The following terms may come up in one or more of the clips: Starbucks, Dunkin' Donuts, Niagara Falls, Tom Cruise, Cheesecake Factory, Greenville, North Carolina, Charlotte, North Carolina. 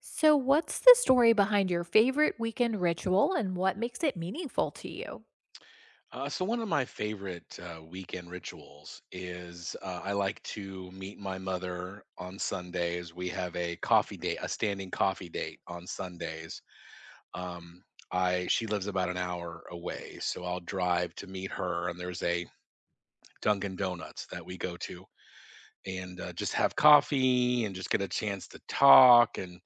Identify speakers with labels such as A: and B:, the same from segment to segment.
A: So, what's the story behind your favorite weekend ritual and what makes it meaningful to you?
B: So one of my favorite weekend rituals is I like to meet my mother on Sundays. We have a coffee date, a standing coffee date on Sundays. Um, I She lives about an hour away, so I'll drive to meet her. And there's a Dunkin' Donuts that we go to and just have coffee and just get a chance to talk. And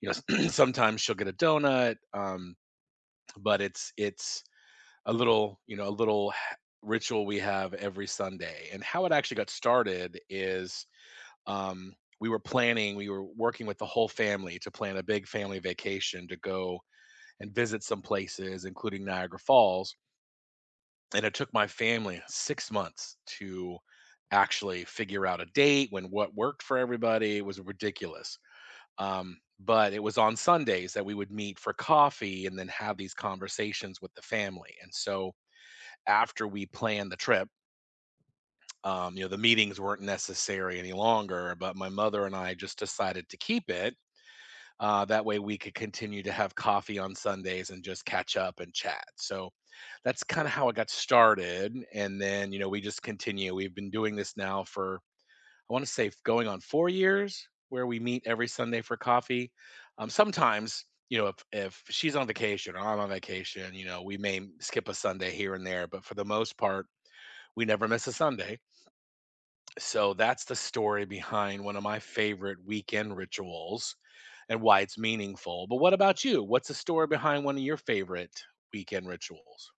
B: you know, sometimes she'll get a donut, but it's a little a little ritual we have every Sunday. And how it actually got started is, um, we were working with the whole family to plan a big family vacation to go and visit some places including Niagara Falls, and it took my family 6 months to actually figure out a date when what worked for everybody. It was ridiculous. But it was on Sundays that we would meet for coffee and then have these conversations with the family. And so after we planned the trip, you know, the meetings weren't necessary any longer, but my mother and I just decided to keep it. That way we could continue to have coffee on Sundays and just catch up and chat. So that's kind of how it got started. And then, you know, we just continue. We've been doing this now for, I want to say, going on 4 years, where we meet every Sunday for coffee. Sometimes, you know, if she's on vacation or I'm on vacation, you know, we may skip a Sunday here and there, but for the most part, we never miss a Sunday. So that's the story behind one of my favorite weekend rituals and why it's meaningful. But what about you? What's the story behind one of your favorite weekend rituals?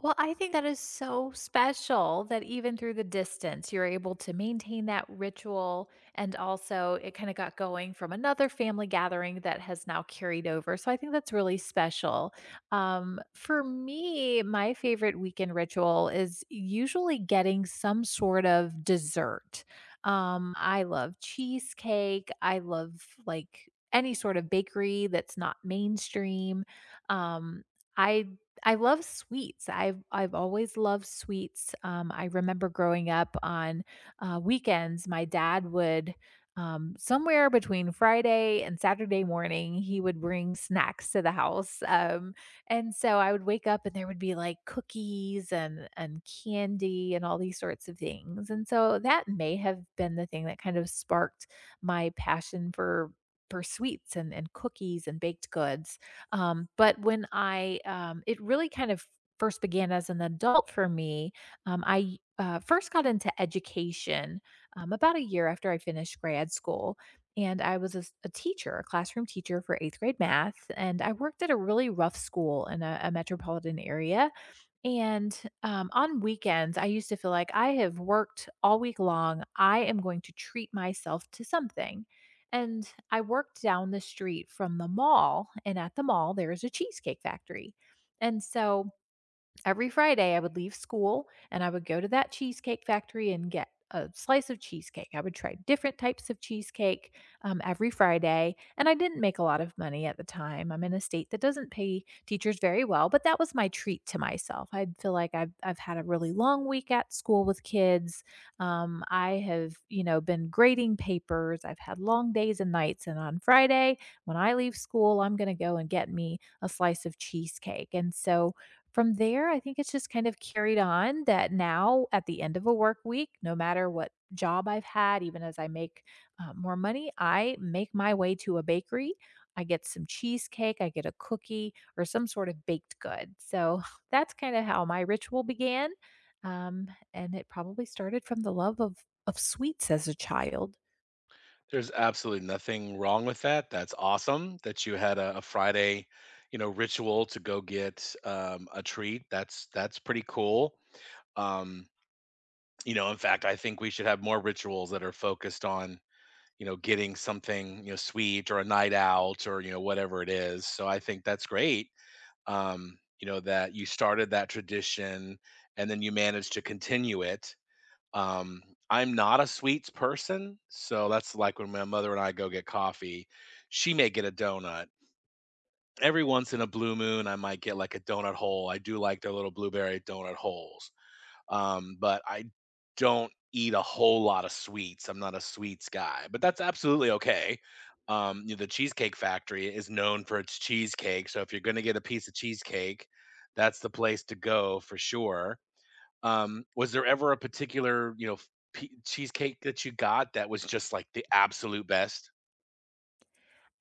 A: Well, I think that is so special that even through the distance, you're able to maintain that ritual. And also, it kind of got going from another family gathering that has now carried over. So I think that's really special. For me, my favorite weekend ritual is usually getting some sort of dessert. I love cheesecake, I love like any sort of bakery that's not mainstream. Um, I I love sweets. I've always loved sweets. I remember growing up on weekends, my dad would somewhere between Friday and Saturday morning, he would bring snacks to the house, and so I would wake up and there would be like cookies and candy and all these sorts of things. And so that may have been the thing that kind of sparked my passion for sweets and cookies and baked goods but it really kind of first began as an adult for me. I first got into education about a year after I finished grad school. And I was a teacher, a classroom teacher for eighth grade math. And I worked at a really rough school in a metropolitan area. And on weekends, I used to feel like I have worked all week long. I am going to treat myself to something. And I worked down the street from the mall, and at the mall, there is a cheesecake factory. And so every Friday, I would leave school and I would go to that cheesecake factory and get a slice of cheesecake. I would try different types of cheesecake every Friday. And I didn't make a lot of money at the time. I'm in a state that doesn't pay teachers very well, but that was my treat to myself. I feel like I've had a really long week at school with kids. I have, you know, been grading papers. I've had long days and nights. And on Friday, when I leave school, I'm going to go and get me a slice of cheesecake. And so, from there, I think it's just kind of carried on that now at the end of a work week, no matter what job I've had, even as I make more money, I make my way to a bakery. I get some cheesecake, I get a cookie, or some sort of baked good. So that's kind of how my ritual began. Um, and it probably started from the love of sweets as a child.
B: There's absolutely nothing wrong with that. That's awesome that you had a Friday, you know, ritual to go get a treat. That's pretty cool. Um, you know, in fact, I think we should have more rituals that are focused on, you know, getting something, you know, sweet or a night out or, you know, whatever it is. So I think that's great. You know, that you started that tradition and then you managed to continue it. Um, I'm not a sweets person, so that's like when my mother and I go get coffee, she may get a donut. Every once in a blue moon, I might get like a donut hole. I do like their little blueberry donut holes. But I don't eat a whole lot of sweets. I'm not a sweets guy, but that's absolutely okay. You know, the Cheesecake Factory is known for its cheesecake, so if you're gonna get a piece of cheesecake, that's the place to go for sure. Was there ever a particular, you know, cheesecake that you got that was just like the absolute best?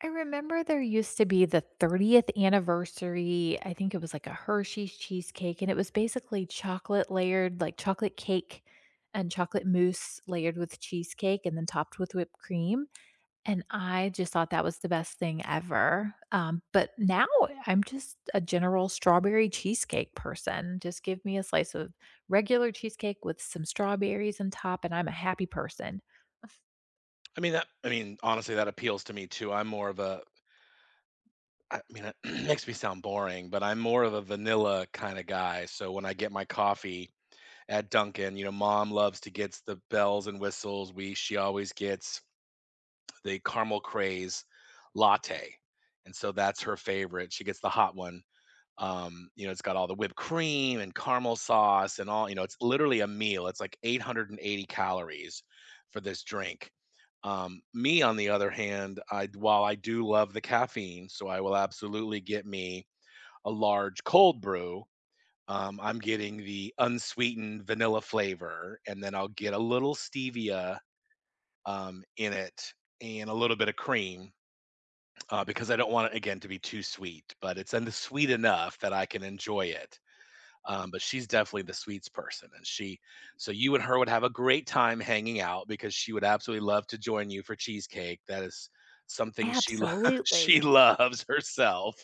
A: I remember there used to be the 30th anniversary. I think it was like a Hershey's cheesecake, and it was basically chocolate layered, like chocolate cake and chocolate mousse layered with cheesecake and then topped with whipped cream. And I just thought that was the best thing ever, but now I'm just a general strawberry cheesecake person. Just give me a slice of regular cheesecake with some strawberries on top, and I'm a happy person.
B: I mean, honestly, that appeals to me too. I'm more of a I mean, it makes me sound boring, but I'm more of a vanilla kind of guy. So when I get my coffee at Duncan. You know, mom loves to get the bells and whistles. We She always gets the caramel craze latte, and so that's her favorite. She gets the hot one. You know, it's got all the whipped cream and caramel sauce and all. You know, it's literally a meal. It's like 880 calories for this drink. Me, on the other hand, I while I do love the caffeine, so I will absolutely get me a large cold brew. I'm getting the unsweetened vanilla flavor, and then I'll get a little stevia, in it, and a little bit of cream, because I don't want it again to be too sweet, but it's en sweet enough that I can enjoy it. But she's definitely the sweets person, and she so you and her would have a great time hanging out because she would absolutely love to join you for cheesecake. That is something she lo she
A: Absolutely.
B: loves herself.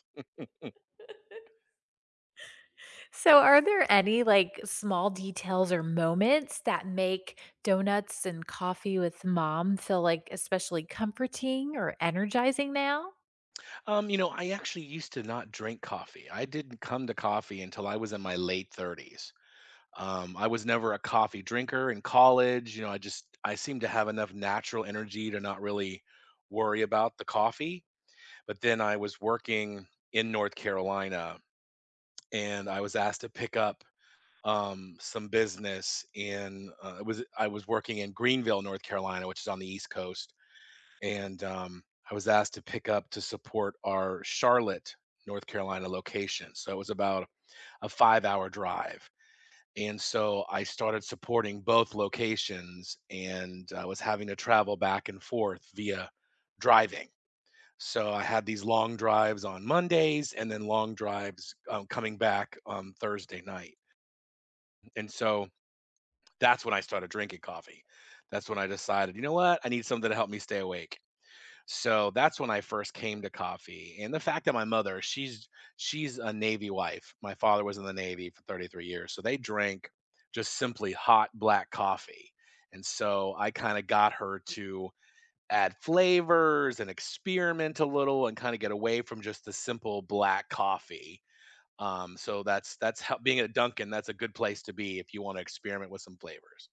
A: So, are there any like small details or moments that make donuts and coffee with mom feel like especially comforting or energizing now?
B: You know, I actually used to not drink coffee. I didn't come to coffee until I was in my late 30s. I was never a coffee drinker in college. You know, I seemed to have enough natural energy to not really worry about the coffee. But then I was working in North Carolina, and I was asked to pick up some business in. It was I was working in Greenville, North Carolina, which is on the East Coast, and I was asked to pick up to support our Charlotte, North Carolina location. So it was about a 5 hour drive. And so I started supporting both locations, and I was having to travel back and forth via driving. So I had these long drives on Mondays and then long drives coming back on Thursday night. And so that's when I started drinking coffee. That's when I decided, you know what? I need something to help me stay awake. So that's when I first came to coffee. And the fact that my mother, she's a Navy wife. My father was in the Navy for 33 years. So they drank just simply hot black coffee. And so I kind of got her to add flavors and experiment a little and kind of get away from just the simple black coffee. So that's how being at Dunkin', that's a good place to be if you want to experiment with some flavors.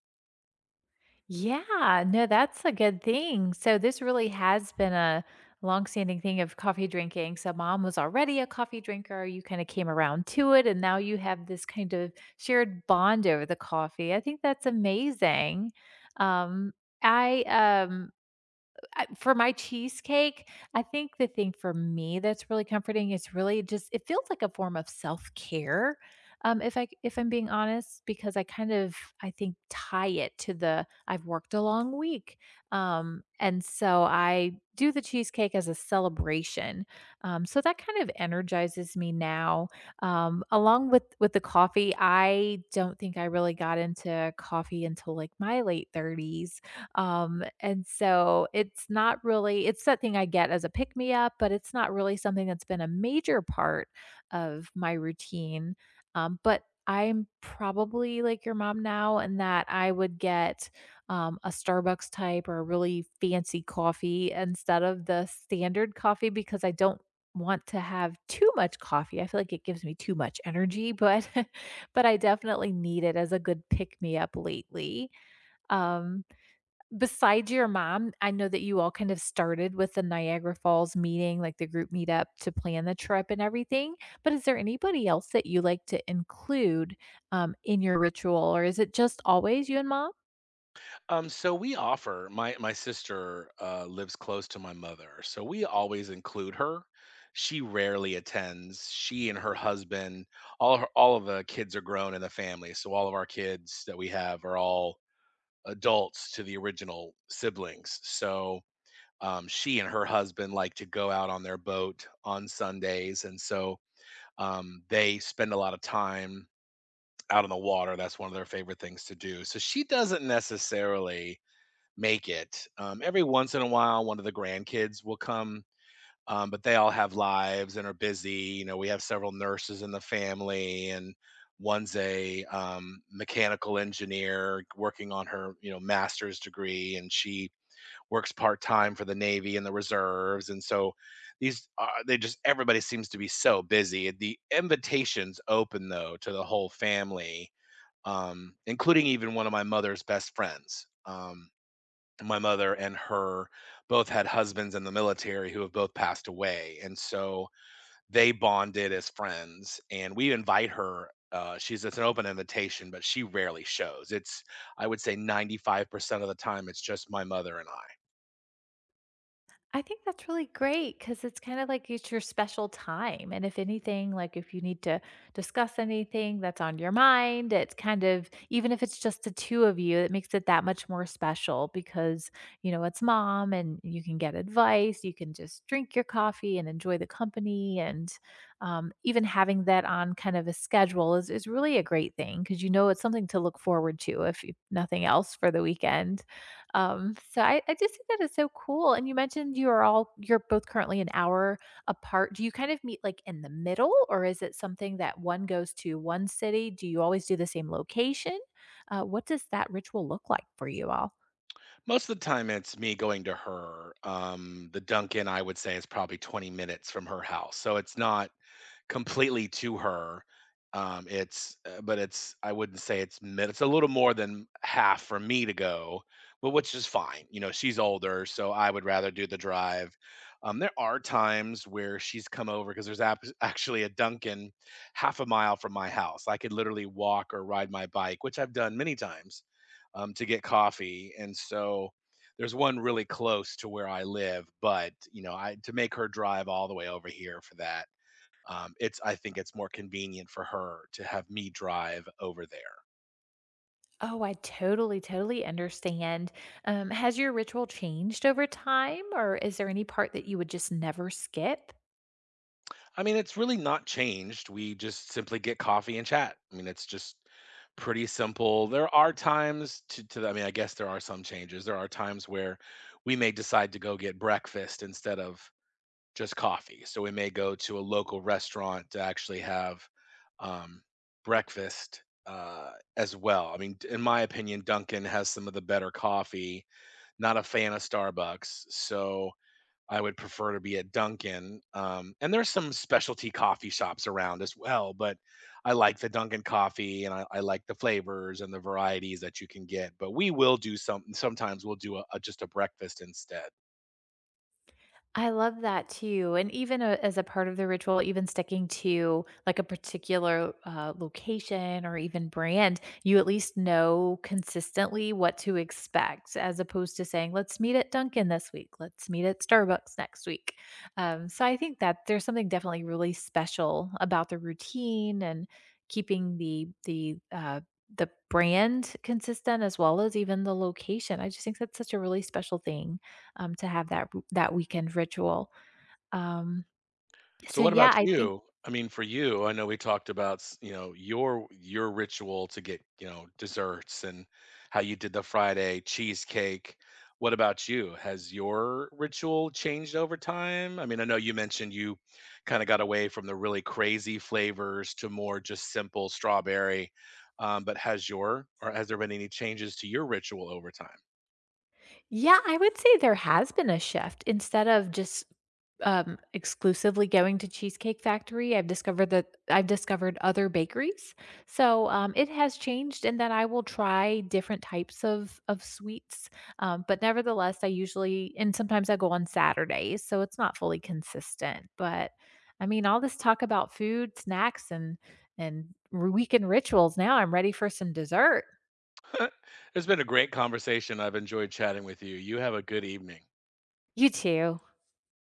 A: Yeah, no, that's a good thing. So, this really has been a longstanding thing of coffee drinking. So, mom was already a coffee drinker. You kind of came around to it, and now you have this kind of shared bond over the coffee. I think that's amazing. Um, I um I for my cheesecake, I think the thing for me that's really comforting is really just it feels like a form of self-care, if I if I'm being honest, because I kind of, I think, tie it to the I've worked a long week, and so I do the cheesecake as a celebration, so that kind of energizes me now. Along with the coffee, I don't think I really got into coffee until, like, my late 30s, and so it's not really it's something I get as a pick me up, but it's not really something that's been a major part of my routine. But I'm probably like your mom now in that I would get a Starbucks type or a really fancy coffee instead of the standard coffee because I don't want to have too much coffee. I feel like it gives me too much energy, but but I definitely need it as a good pick me up lately. Um, Besides your mom, I know that you all kind of started with the Niagara Falls meeting, like the group meetup to plan the trip and everything. But is there anybody else that you like to include in your ritual, or is it just always you and mom?
B: So we offer My sister lives close to my mother, so we always include her. She rarely attends. She and her husband, all of the kids are grown in the family, so all of our kids that we have are all adults to the original siblings. So she and her husband like to go out on their boat on Sundays, and so they spend a lot of time out on the water. That's one of their favorite things to do. So she doesn't necessarily make it. Every once in a while, one of the grandkids will come, but they all have lives and are busy. You know, we have several nurses in the family, and one's a mechanical engineer working on her, you know, master's degree, and she works part time for the Navy and the reserves. And so these, they just everybody seems to be so busy. The invitations open though to the whole family. Including even one of my mother's best friends. My mother and her both had husbands in the military who have both passed away, and so they bonded as friends, and we invite her. She's It's an open invitation, but she rarely shows. It's, I would say, 95% of the time it's just my mother and I.
A: I think that's really great because it's kind of like it's your special time. And if anything, like if you need to discuss anything that's on your mind, it's kind of, even if it's just the two of you, it makes it that much more special because, you know, it's mom and you can get advice. You can just drink your coffee and enjoy the company. And even having that on kind of a schedule is really a great thing because you know it's something to look forward to, if nothing else, for the weekend. So I just think that is so cool. And you mentioned you are all you're both currently an hour apart. Do you kind of meet like in the middle, or is it something that one goes to one city? Do you always do the same location? What does that ritual look like for you all?
B: Most of the time it's me going to her. The Duncan, I would say, is probably 20 minutes from her house, so it's not completely to her. But it's, I wouldn't say it's mid. It's a little more than half for me to go, but which is fine. You know, she's older, so I would rather do the drive. There are times where she's come over because actually a Dunkin' half a mile from my house. I could literally walk or ride my bike, which I've done many times, to get coffee. And so there's one really close to where I live, but you know, I to make her drive all the way over here for that, it's I think it's more convenient for her to have me drive over there.
A: Oh, I totally, totally understand. Has your ritual changed over time, or is there any part that you would just never skip?
B: I mean, it's really not changed. We just simply get coffee and chat. I mean, it's just pretty simple. There are times I mean, I guess there are some changes. There are times where we may decide to go get breakfast instead of just coffee. So we may go to a local restaurant to actually have um, breakfast as well. I mean, in my opinion, Dunkin' has some of the better coffee. Not a fan of Starbucks, so I would prefer to be at Dunkin', and there's some specialty coffee shops around as well, but I like the Dunkin' coffee, and I like the flavors and the varieties that you can get, but we will do some sometimes we'll do a just a breakfast instead.
A: I love that too, and even a as a part of the ritual, even sticking to, like, a particular, location or even brand, you at least know consistently what to expect as opposed to saying, "Let's meet at Dunkin' this week. Let's meet at Starbucks next week." So I think that there's something definitely really special about the routine and keeping the brand consistent as well as even the location. I just think that's such a really special thing to have that weekend ritual. Um,
B: So
A: so
B: what
A: yeah,
B: about
A: I think
B: you? I mean, for you, I know we talked about, you know, your ritual to get, you know, desserts and how you did the Friday cheesecake. What about you? Has your ritual changed over time? I mean, I know you mentioned you kind of got away from the really crazy flavors to more just simple strawberry. But has your or has there been any changes to your ritual over time?
A: yeah, I would say there has been a shift. Instead of just exclusively going to Cheesecake Factory, I've discovered other bakeries. So it has changed in that I will try different types of sweets, but nevertheless, I usually and sometimes I go on Saturdays, so it's not fully consistent. But I mean, all this talk about food, snacks, and weekend rituals. Now I'm ready for some dessert.
B: It's been a great conversation. I've enjoyed chatting with you. You have a good evening.
A: You too.